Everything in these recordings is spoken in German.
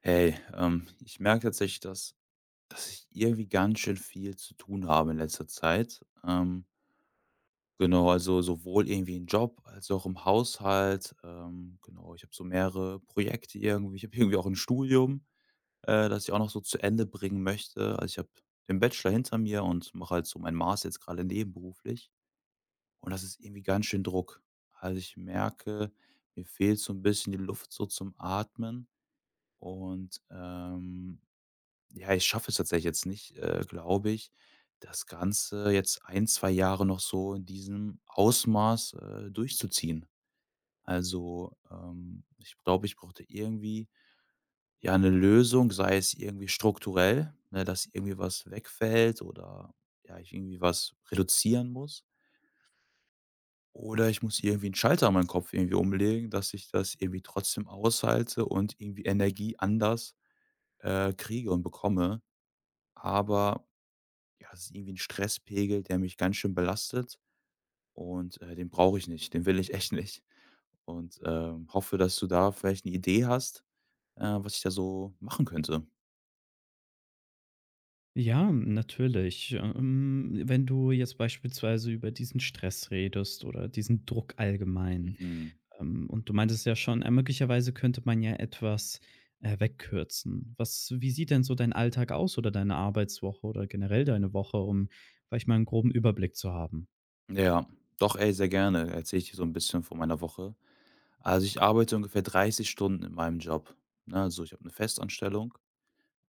Hey, ich merke tatsächlich, dass ich irgendwie ganz schön viel zu tun habe in letzter Zeit. Genau, also sowohl irgendwie im Job als auch im Haushalt. Genau, ich habe so mehrere Projekte irgendwie. Ich habe irgendwie auch ein Studium, das ich auch noch so zu Ende bringen möchte. Also ich habe den Bachelor hinter mir und mache halt so mein Master jetzt gerade nebenberuflich. Und das ist irgendwie ganz schön Druck. Also ich merke, mir fehlt so ein bisschen die Luft so zum Atmen. Und ja, ich schaffe es tatsächlich jetzt nicht, glaube ich, das Ganze jetzt 1, 2 Jahre noch so in diesem Ausmaß, durchzuziehen. Also, ich glaube, ich brauchte irgendwie, ja, eine Lösung, sei es irgendwie strukturell, ne, dass irgendwie was wegfällt oder, ja, ich irgendwie was reduzieren muss. Oder ich muss irgendwie einen Schalter in meinem Kopf irgendwie umlegen, dass ich das irgendwie trotzdem aushalte und irgendwie Energie anders, kriege und bekomme. Aber ja, das ist irgendwie ein Stresspegel, der mich ganz schön belastet und, den brauche ich nicht, den will ich echt nicht. Und, hoffe, dass du da vielleicht eine Idee hast, was ich da so machen könnte. Ja, natürlich. Wenn du jetzt beispielsweise über diesen Stress redest oder diesen Druck allgemein, Mhm. Und du meintest ja schon, möglicherweise könnte man ja etwas, wegkürzen. Was wie sieht denn so dein Alltag aus oder deine Arbeitswoche oder generell deine Woche, um vielleicht mal einen groben Überblick zu haben? Ja, doch, ey, sehr gerne erzähle ich dir so ein bisschen von meiner Woche. Also, ich arbeite ungefähr 30 Stunden in meinem Job, ne? Also, ich habe eine Festanstellung,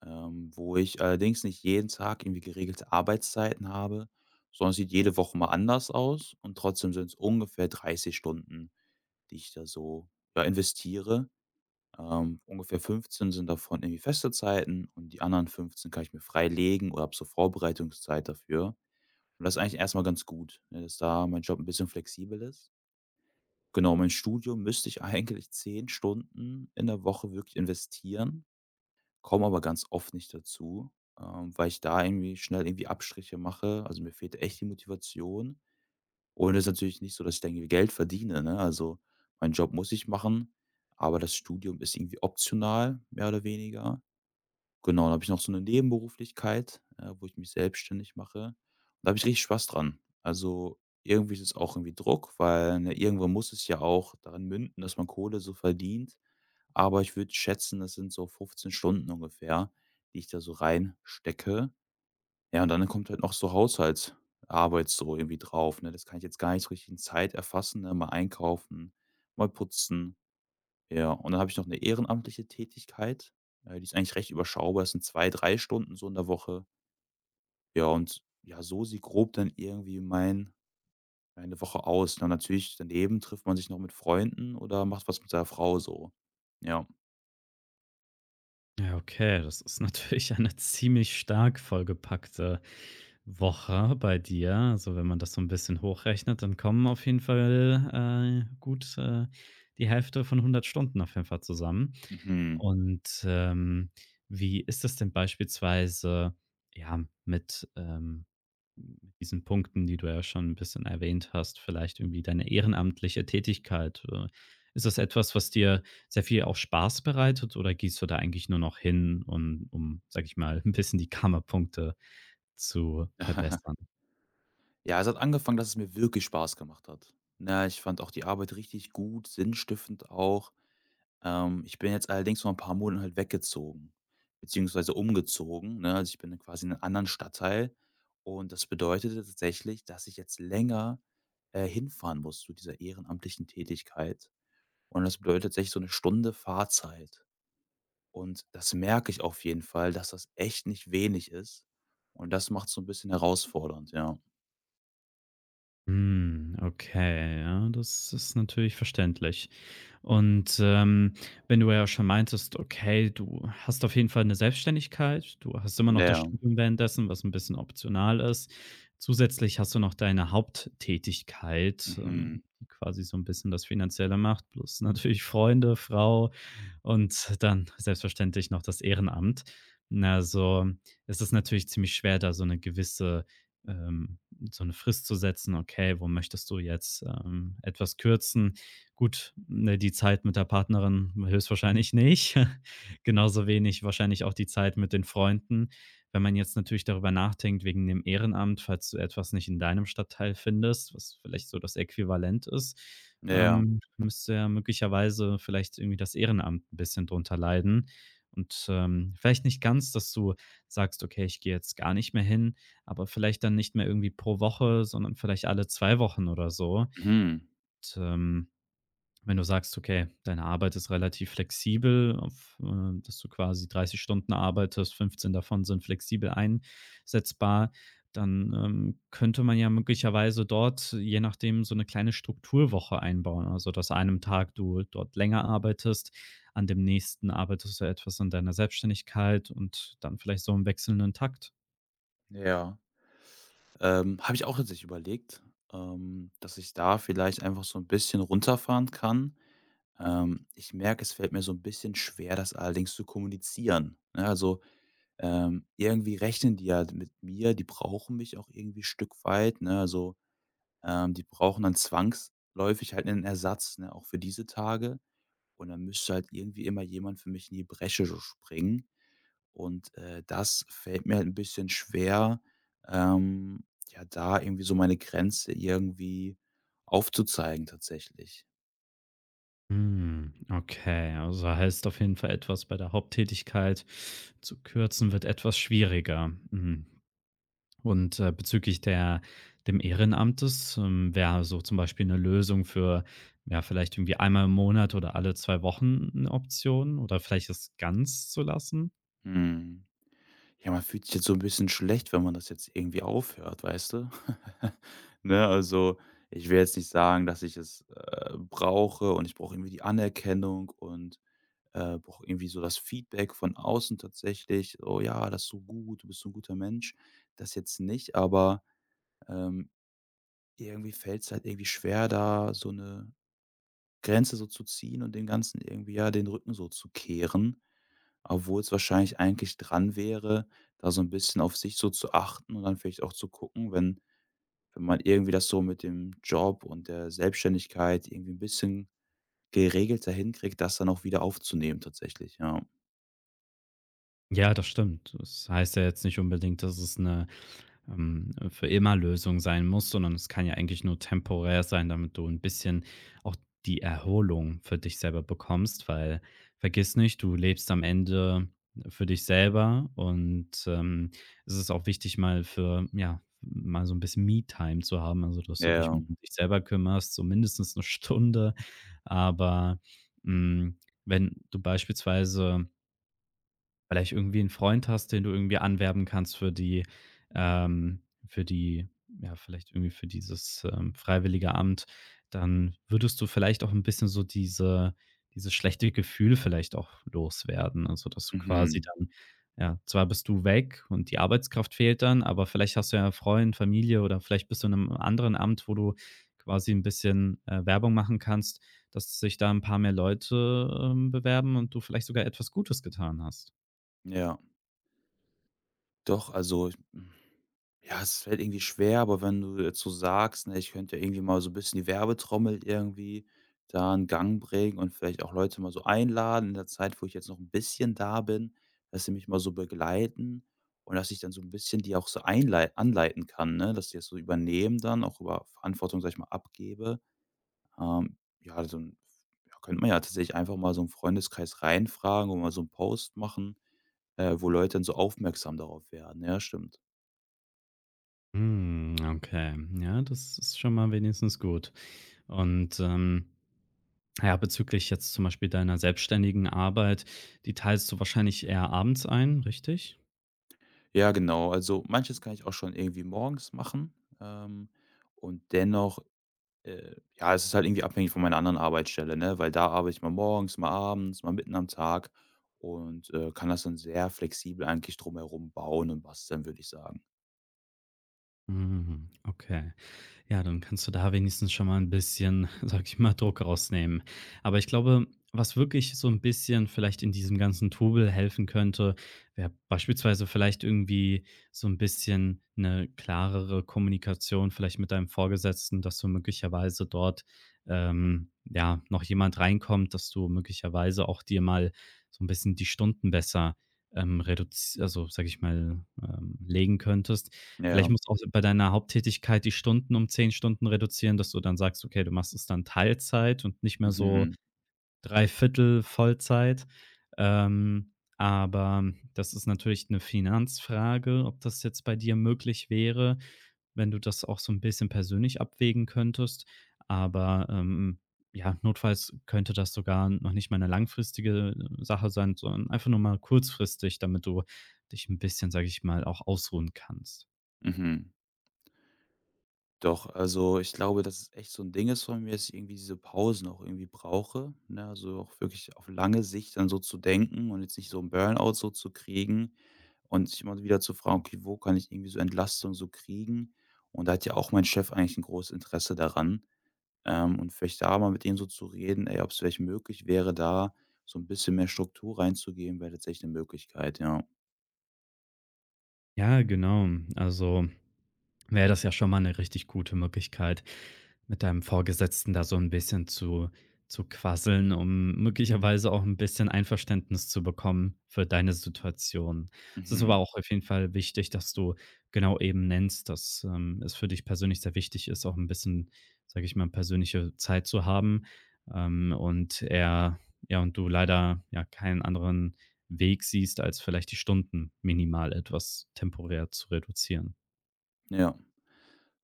wo ich allerdings nicht jeden Tag irgendwie geregelte Arbeitszeiten habe, sondern es sieht jede Woche mal anders aus und trotzdem sind es ungefähr 30 Stunden, die ich da so, ja, investiere. Ungefähr 15 sind davon irgendwie feste Zeiten und die anderen 15 kann ich mir freilegen oder habe so Vorbereitungszeit dafür. Und das ist eigentlich erstmal ganz gut, ne, dass da mein Job ein bisschen flexibel ist. Genau, mein Studium müsste ich eigentlich 10 Stunden in der Woche wirklich investieren, komme aber ganz oft nicht dazu, weil ich da irgendwie schnell irgendwie Abstriche mache. Also, mir fehlt echt die Motivation. Und es ist natürlich nicht so, dass ich da irgendwie Geld verdiene, ne? Also, meinen Job muss ich machen, aber das Studium ist irgendwie optional, mehr oder weniger. Genau, dann habe ich noch so eine Nebenberuflichkeit, wo ich mich selbstständig mache. Und da habe ich richtig Spaß dran. Also, irgendwie ist es auch irgendwie Druck, weil, ne, irgendwann muss es ja auch darin münden, dass man Kohle so verdient. Aber ich würde schätzen, das sind so 15 Stunden ungefähr, die ich da so reinstecke. Ja, und dann kommt halt noch so Haushaltsarbeit so irgendwie drauf, ne? Das kann ich jetzt gar nicht so richtig in Zeit erfassen, ne? Mal einkaufen, mal putzen, ja. Und dann habe ich noch eine ehrenamtliche Tätigkeit, die ist eigentlich recht überschaubar. Es sind 2, 3 Stunden so in der Woche. Ja, und ja, so sieht grob dann irgendwie meine Woche aus. Na, natürlich daneben trifft man sich noch mit Freunden oder macht was mit seiner Frau so. Ja. Ja, okay, das ist natürlich eine ziemlich stark vollgepackte Woche bei dir. Also, wenn man das so ein bisschen hochrechnet, dann kommen auf jeden Fall, gut, die Hälfte von 100 Stunden auf jeden Fall zusammen. Mhm. Und, wie ist das denn beispielsweise, ja, mit, diesen Punkten, die du ja schon ein bisschen erwähnt hast, vielleicht irgendwie deine ehrenamtliche Tätigkeit? Ist das etwas, was dir sehr viel auch Spaß bereitet oder gehst du da eigentlich nur noch hin und um, sage ich mal, ein bisschen die Kammerpunkte zu verbessern? Ja, es hat angefangen, dass es mir wirklich Spaß gemacht hat. Na, ich fand auch die Arbeit richtig gut, sinnstiftend auch. Ich bin jetzt allerdings vor ein paar Monaten halt weggezogen, beziehungsweise umgezogen, ne? Also, ich bin quasi in einen anderen Stadtteil und das bedeutete tatsächlich, dass ich jetzt länger, hinfahren muss zu dieser ehrenamtlichen Tätigkeit, und das bedeutet tatsächlich so eine Stunde Fahrzeit, und das merke ich auf jeden Fall, dass das echt nicht wenig ist, und das macht's so ein bisschen herausfordernd, ja. Hm, okay, ja, das ist natürlich verständlich. Und, wenn du ja schon meintest, okay, du hast auf jeden Fall eine Selbstständigkeit, du hast immer Ja, noch das ja. Studium währenddessen, was ein bisschen optional ist. Zusätzlich hast du noch deine Haupttätigkeit, Mhm. die quasi so ein bisschen das Finanzielle macht, plus natürlich Freunde, Frau und dann selbstverständlich noch das Ehrenamt. Na, also, es ist natürlich ziemlich schwer, da so eine gewisse ähm, so eine Frist zu setzen: „Okay, wo möchtest du jetzt, etwas kürzen?“ Gut, ne, die Zeit mit der Partnerin höchstwahrscheinlich nicht. Genauso wenig wahrscheinlich auch die Zeit mit den Freunden. Wenn man jetzt natürlich darüber nachdenkt, wegen dem Ehrenamt, falls du etwas nicht in deinem Stadtteil findest, was vielleicht so das Äquivalent ist, Ja, müsste ja möglicherweise vielleicht irgendwie das Ehrenamt ein bisschen drunter leiden. Und, vielleicht nicht ganz, dass du sagst: „Okay, ich gehe jetzt gar nicht mehr hin“, aber vielleicht dann nicht mehr irgendwie pro Woche, sondern vielleicht alle 2 Wochen oder so. mhm, Und, wenn du sagst, okay, deine Arbeit ist relativ flexibel, auf, dass du quasi 30 Stunden arbeitest, 15 davon sind flexibel einsetzbar, dann könnte man ja möglicherweise dort, je nachdem, so eine kleine Strukturwoche einbauen. Also, dass an einem Tag du dort länger arbeitest, an dem nächsten arbeitest du etwas an deiner Selbstständigkeit und dann vielleicht so im wechselnden Takt. ja. Habe ich auch tatsächlich überlegt, dass ich da vielleicht einfach so 'n bisschen runterfahren kann. Ich merke, es fällt mir so 'n bisschen schwer, das allerdings zu kommunizieren, ne? Also, irgendwie rechnen die ja mit mir, die brauchen mich auch irgendwie Stück weit, ne? Also, die brauchen dann zwangsläufig halt 'nen Ersatz, ne, auch für diese Tage. Und dann müsste halt irgendwie immer jemand für mich in die Bresche so springen. Und, das fällt mir halt 'n bisschen schwer, ja, da irgendwie so meine Grenze irgendwie aufzuzeigen tatsächlich. Hm, okay, also heißt auf jeden Fall etwas bei der Haupttätigkeit zu kürzen wird etwas schwieriger. Hm. Und, bezüglich der dem Ehrenamtes, wäre so zum Beispiel eine Lösung für ja, vielleicht irgendwie einmal im Monat oder alle 2 Wochen eine Option oder vielleicht das ganz zu lassen? Mhm. Ja, man fühlt sich jetzt so ein bisschen schlecht, wenn man das jetzt irgendwie aufhört, weißt du? Ne, also, ich will jetzt nicht sagen, dass ich es, brauche und ich brauche irgendwie die Anerkennung und, brauche irgendwie so das Feedback von außen tatsächlich: „Oh ja, das ist so gut, du bist so ein guter Mensch." Das jetzt nicht, aber, ähm, Irgendwie fällt es halt irgendwie schwer, da so eine Grenze so zu ziehen und dem Ganzen irgendwie, ja, den Rücken so zu kehren, obwohl es wahrscheinlich eigentlich dran wäre, da so ein bisschen auf sich so zu achten und dann vielleicht auch zu gucken, wenn wenn man irgendwie das so mit dem Job und der Selbstständigkeit irgendwie ein bisschen geregelter hinkriegt, das dann auch wieder aufzunehmen tatsächlich, ja. Ja, das stimmt. Das heißt ja jetzt nicht unbedingt, dass es eine für immer Lösung sein muss, sondern es kann ja eigentlich nur temporär sein, damit du ein bisschen auch die Erholung für dich selber bekommst, weil vergiss nicht, du lebst am Ende für dich selber und, es ist auch wichtig, mal für ja, mal so ein bisschen Me-Time zu haben, also, dass Ja, du dich ja. mal um dich selber kümmerst, so mindestens eine Stunde. Aber, hm, wenn du beispielsweise vielleicht irgendwie einen Freund hast, den du irgendwie anwerben kannst für die ja, vielleicht irgendwie für dieses, freiwillige Amt, dann würdest du vielleicht auch ein bisschen so dieses schlechte Gefühl vielleicht auch loswerden. Also, dass du quasi Mhm. dann ja, zwar bist du weg und die Arbeitskraft fehlt dann, aber vielleicht hast du ja Freund, Familie oder vielleicht bist du in einem anderen Amt, wo du quasi ein bisschen, Werbung machen kannst, dass sich da ein paar mehr Leute, bewerben und du vielleicht sogar etwas Gutes getan hast. Ja, doch, also ich hm. Ja, es fällt irgendwie schwer, aber wenn du jetzt so sagst, ne, ich könnte ja irgendwie mal so 'n bisschen die Werbetrommel irgendwie da in Gang bringen und vielleicht auch Leute mal so einladen in der Zeit, wo ich jetzt noch ein bisschen da bin, dass sie mich mal so begleiten und dass ich dann so ein bisschen die auch so einlei anleiten kann, ne, dass die das so übernehmen dann, auch über Verantwortung, sag ich mal, abgebe. Ja, so 'n ja, könnte man ja tatsächlich einfach mal so einen Freundeskreis reinfragen und mal so 'n Post machen, wo Leute dann so aufmerksam darauf werden. Ja, stimmt. Hm, okay. Ja, das ist schon mal wenigstens gut. Und, ja, bezüglich jetzt zum Beispiel deiner selbstständigen Arbeit, die teilst du wahrscheinlich eher abends ein, richtig? Ja, genau. Also, manches kann ich auch schon irgendwie morgens machen, ähm, und dennoch, ja, es ist halt irgendwie abhängig von meiner anderen Arbeitsstelle, ne? Weil da arbeite ich mal morgens, mal abends, mal mitten am Tag und, kann das dann sehr flexibel eigentlich drumherum bauen und basteln, würde ich sagen. Mhm, okay. Ja, dann kannst du da wenigstens schon mal ein bisschen, sag ich mal, Druck rausnehmen. Aber ich glaube, was wirklich so ein bisschen vielleicht in diesem ganzen Trubel helfen könnte, wäre beispielsweise vielleicht irgendwie so ein bisschen eine klarere Kommunikation vielleicht mit deinem Vorgesetzten, dass du möglicherweise dort, ja, noch jemand reinkommt, dass du möglicherweise auch dir mal so ein bisschen die Stunden besser, reduzi also, sag ich mal, legen könntest. Vielleicht Ja. musst du auch bei deiner Haupttätigkeit die Stunden um 10 Stunden reduzieren, dass du dann sagst: „Okay, du machst es dann Teilzeit und nicht mehr so Mhm. Dreiviertel Vollzeit.“ Aber das ist natürlich eine Finanzfrage, ob das jetzt bei dir möglich wäre, wenn du das auch so ein bisschen persönlich abwägen könntest. Aber, ja, notfalls könnte das sogar noch nicht mal eine langfristige Sache sein, sondern einfach nur mal kurzfristig, damit du dich ein bisschen, sage ich mal, auch ausruhen kannst. Mhm. Doch, also, ich glaube, dass es echt so ein Ding ist von mir, dass ich irgendwie diese Pausen auch irgendwie brauche, ne? Also, auch wirklich auf lange Sicht dann so zu denken und jetzt nicht so 'n Burnout so zu kriegen. Und sich immer wieder zu fragen: „Okay, wo kann ich irgendwie so Entlastung so kriegen?" Und da hat ja auch mein Chef eigentlich ein großes Interesse daran, und vielleicht da mal mit dem so zu reden, ey, ob es vielleicht möglich wäre, da so ein bisschen mehr Struktur reinzugeben, wäre tatsächlich eine Möglichkeit, ja. Ja, genau. Also, wäre das ja schon mal eine richtig gute Möglichkeit, mit deinem Vorgesetzten da so ein bisschen zu quasseln, um möglicherweise auch ein bisschen Einverständnis zu bekommen für deine Situation. Es ist aber Mhm. auch auf jeden Fall wichtig, dass du genau eben nennst, dass, es für dich persönlich sehr wichtig ist, auch ein bisschen, sage ich mal, persönliche Zeit zu haben, und er ja, und du leider, ja, keinen anderen Weg siehst, als vielleicht die Stunden minimal etwas temporär zu reduzieren. Ja.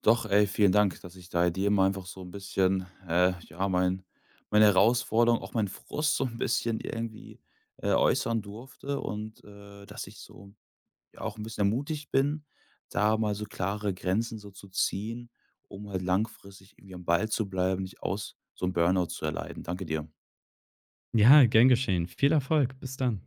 Doch, ey, vielen Dank, dass ich da dir mal einfach so ein bisschen, ja, meine Herausforderung, auch meinen Frust so ein bisschen irgendwie, äußern durfte und, dass ich so ja auch 'n bisschen ermutigt bin, da mal so klare Grenzen so zu ziehen, um halt langfristig irgendwie am Ball zu bleiben, nicht aus so 'n Burnout zu erleiden. Danke dir. Ja, gern geschehen. Viel Erfolg. Bis dann.